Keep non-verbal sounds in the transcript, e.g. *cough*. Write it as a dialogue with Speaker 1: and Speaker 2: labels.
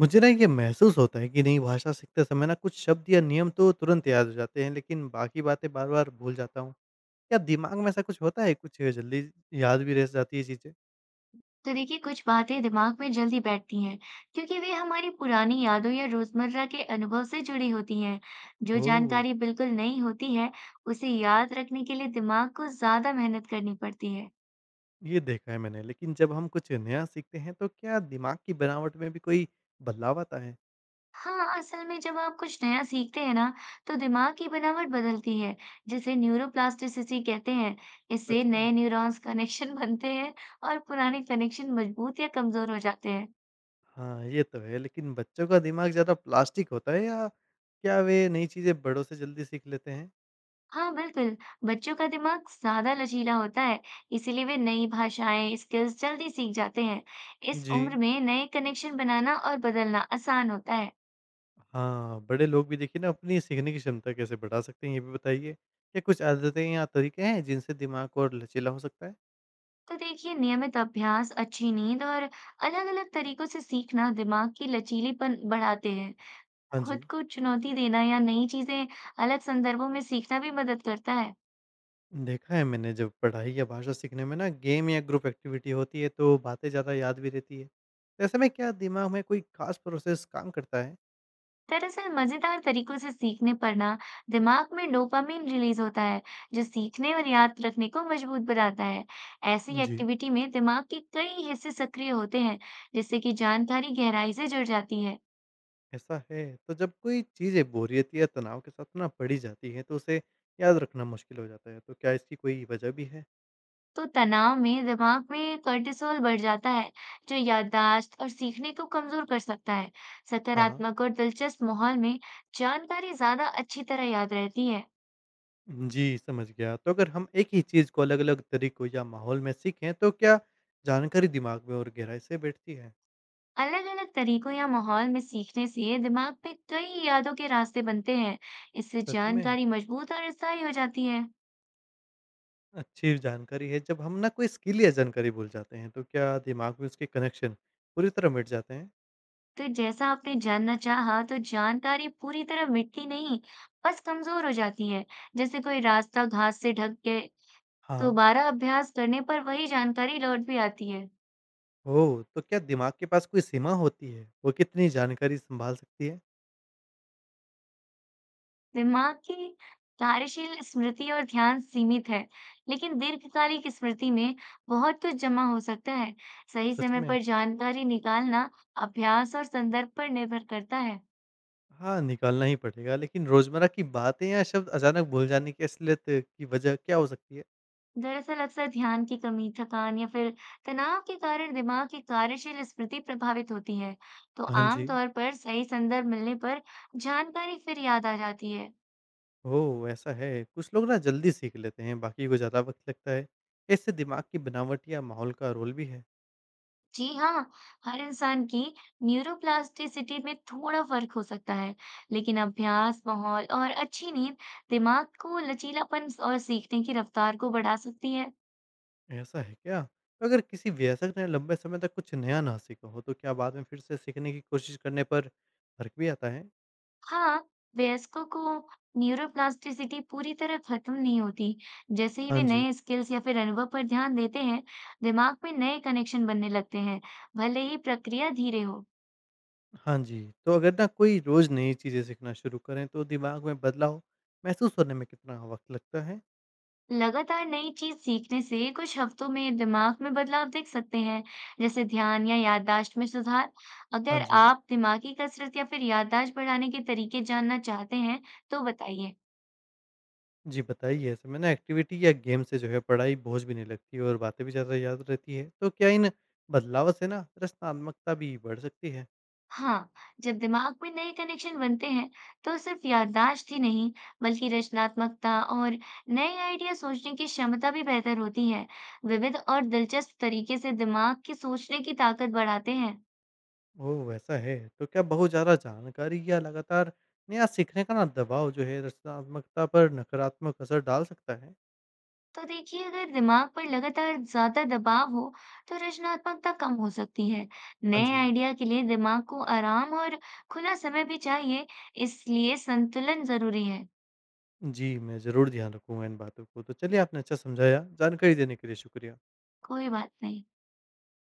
Speaker 1: मुझे ना ये महसूस होता है कि नई भाषा सीखते समय ना कुछ शब्द या नियम तो तुरंत याद हो जाते हैं लेकिन बाकी बातें बार बार भूल जाता हूँ। क्या दिमाग में ऐसा कुछ होता है कुछ जल्दी याद भी रह जाती है चीज़ें?
Speaker 2: तो देखिए, कुछ बातें दिमाग में जल्दी बैठती हैं क्योंकि वे हमारी पुरानी यादों या रोजमर्रा के अनुभव से जुड़ी होती हैं। जो
Speaker 1: ओह।
Speaker 2: जानकारी बिल्कुल नई होती है, उसे याद रखने के लिए दिमाग को ज्यादा मेहनत करनी पड़ती है।
Speaker 1: ये देखा है मैंने लेकिन जब हम कुछ नया सीखते हैं तो क्या दिमाग की बनावट में भी कोई बदलाव आता है?
Speaker 2: हाँ, असल में जब आप कुछ नया सीखते हैं ना, तो दिमाग की बनावट बदलती है, जिसे न्यूरोप्लास्टिसिटी कहते हैं। इससे
Speaker 1: सच में?
Speaker 2: नए न्यूरॉन्स कनेक्शन *laughs* बनते हैं और पुराने कनेक्शन मजबूत या कमजोर हो जाते हैं।
Speaker 1: हाँ ये तो है लेकिन बच्चों का दिमाग ज़्यादा प्लास्टिक होता है या क्या वे नई चीज़ें बड़ों से जल्दी सीख लेते हैं?
Speaker 2: हाँ बिल्कुल, बच्चों का दिमाग ज्यादा लचीला होता है। इसीलिए वे नई भाषाएं स्किल्स जल्दी सीख जाते हैं। इस
Speaker 1: जी।
Speaker 2: उम्र में नए कनेक्शन बनाना और बदलना आसान होता है।
Speaker 1: हाँ, बड़े लोग भी देखिए ना अपनी सीखने की क्षमता कैसे बढ़ा सकते हैं, ये भी बताइए? क्या कुछ आदतें या तरीके हैं जिनसे दिमाग और लचीला हो सकता है?
Speaker 2: तो देखिए, नियमित अभ्यास, अच्छी नींद और अलग अलग तरीकों से सीखना दिमाग की लचीलीपन बढ़ाते हैं।
Speaker 1: हाँ
Speaker 2: खुद
Speaker 1: जी।
Speaker 2: को चुनौती देना या नई चीजें अलग संदर्भों में सीखना भी मदद करता है।
Speaker 1: देखा है मैंने जब पढ़ाई या भाषा सीखने में ना गेम या ग्रुप एक्टिविटी होती है तो बातें ज़्यादा याद भी रहती है। तो ऐसे में क्या दिमाग में कोई खास प्रोसेस काम करता है?
Speaker 2: दरअसल मजेदार तरीकों से सीखने पर ना, दिमाग में डोपामिन रिलीज होता है, जो सीखने और याद रखने को मजबूत बनाता है। ऐसी
Speaker 1: जी।
Speaker 2: एक्टिविटी में दिमाग के कई हिस्से सक्रिय होते हैं, जिससे कि जानकारी गहराई से जुड़ जाती है।
Speaker 1: ऐसा है, तो जब कोई चीज़ें बोरियत या तनाव के साथ ना पढ़ी जाती है तो उसे याद रखना मुश्किल हो जाता है, तो क्या इसकी कोई वजह भी है?
Speaker 2: तो तनाव में दिमाग में cortisol बढ़ जाता है, जो याददाश्त और सीखने को कमजोर कर सकता है।
Speaker 1: हाँ।
Speaker 2: सकारात्मक और दिलचस्प माहौल में जानकारी ज्यादा अच्छी तरह याद रहती है।
Speaker 1: जी, समझ गया। तो अगर हम एक ही चीज़ को अलग-अलग तरीकों या माहौल में सीखें, तो क्या जानकारी दिमाग में और गहराई से बैठती है?
Speaker 2: अलग अलग तरीकों या माहौल में सीखने से दिमाग में कई यादों के रास्ते बनते हैं। इससे
Speaker 1: सच में?
Speaker 2: जानकारी मजबूत और स्थायी हो जाती है।
Speaker 1: अच्छी जानकारी है। जब हम ना कोई स्किल या जानकारी भूल जाते हैं, तो क्या दिमाग में उसके कनेक्शन पूरी तरह मिट जाते हैं?
Speaker 2: तो जैसा आपने जानना चाहा, तो जानकारी पूरी तरह मिटती नहीं, बस कमजोर हो जाती है, जैसे कोई रास्ता घास से ढक के।
Speaker 1: हाँ।
Speaker 2: दोबारा अभ्यास करने पर वही जानकारी लौट भी आती है।
Speaker 1: ओह! तो क्या दिमाग के पास कोई सीमा होती है? वो कितनी जानकारी सँभाल सकती है?
Speaker 2: दिमाग की कार्यशील स्मृति और ध्यान सीमित है, लेकिन दीर्घकालिक स्मृति में बहुत कुछ जमा हो सकता है। सही
Speaker 1: सच
Speaker 2: समय
Speaker 1: में?
Speaker 2: पर जानकारी निकालना अभ्यास और संदर्भ पर निर्भर करता है।
Speaker 1: हाँ, निकालना ही पड़ेगा। लेकिन रोज़मर्रा की बातें या शब्द अचानक भूल जाने की असलियत की वजह क्या हो सकती है?
Speaker 2: दरअसल अक्सर ध्यान की कमी, थकान या फिर तनाव के कारण दिमाग की कार्यशील स्मृति प्रभावित होती है, तो
Speaker 1: हाँ जी।
Speaker 2: आमतौर पर सही संदर्भ मिलने पर जानकारी फिर याद आ जाती है।
Speaker 1: ओह! ऐसा है। कुछ लोग ना जल्दी सीख लेते हैं, बाकी को ज़्यादा वक़्त लगता है। इससे दिमाग की बनावट या माहौल का रोल भी है।
Speaker 2: जी हाँ, हर इंसान की न्यूरोप्लास्टिसिटी में थोड़ा फर्क हो सकता है, लेकिन अभ्यास, माहौल और अच्छी नींद दिमाग को लचीलापन और सीखने की रफ्तार को बढ़ा सकती है।
Speaker 1: ऐसा है क्या? तो अगर किसी वयस्क ने लंबे समय तक कुछ नया ना सीखा हो, तो क्या बाद में फिर से सीखने की कोशिश करने पर फ़र्क भी आता है?
Speaker 2: हाँ, वयस्कों को न्यूरोप्लास्टिसिटी पूरी तरह खत्म नहीं होती। जैसे ही वे
Speaker 1: हाँ जी।
Speaker 2: नए स्किल्स या फिर अनुभव पर ध्यान देते हैं, दिमाग में नए कनेक्शन बनने लगते हैं, भले ही प्रक्रिया धीरे हो।
Speaker 1: हाँ जी। तो अगर ना कोई रोज़ नई चीज़ें सीखना शुरू करें, तो दिमाग में बदलाव महसूस होने में कितना वक़्त लगता है?
Speaker 2: लगातार नई चीज सीखने से कुछ हफ्तों में दिमाग में बदलाव देख सकते हैं, जैसे ध्यान या याददाश्त में सुधार।
Speaker 1: हाँ
Speaker 2: अगर
Speaker 1: जी।
Speaker 2: आप दिमागी कसरत या फिर याददाश्त बढ़ाने के तरीके जानना चाहते हैं, तो बताइए।
Speaker 1: जी, बताइए ऐसे में ना एक्टिविटी या गेम से जो है पढ़ाई बोझ भी नहीं लगती और बातें भी ज़्यादा याद रहती है। तो क्या इन बदलाव से ना रचनात्मकता भी बढ़ सकती है?
Speaker 2: हाँ, जब दिमाग में नए कनेक्शन बनते हैं, तो सिर्फ याददाश्त ही नहीं, बल्कि रचनात्मकता और नए आइडिया सोचने की क्षमता भी बेहतर होती है। विविध और दिलचस्प तरीके से दिमाग की सोचने की ताकत बढ़ाते हैं।
Speaker 1: ओह! वैसा है। तो क्या बहुत ज़्यादा जानकारी या लगातार नया सीखने का ना दबाव जो है रचनात्मकता पर नकारात्मक असर डाल सकता है?
Speaker 2: तो देखिए, अगर दिमाग पर लगातार ज्यादा दबाव हो तो रचनात्मकता कम हो सकती है।
Speaker 1: हाँ
Speaker 2: नए
Speaker 1: जी।
Speaker 2: आइडिया के लिए दिमाग को आराम और खुला समय भी चाहिए, इसलिए संतुलन जरूरी है।
Speaker 1: जी, मैं ज़रूर ध्यान रखूँगा इन बातों को। तो चलिए आपने अच्छा समझाया, जानकारी देने के लिए शुक्रिया।
Speaker 2: कोई बात नहीं।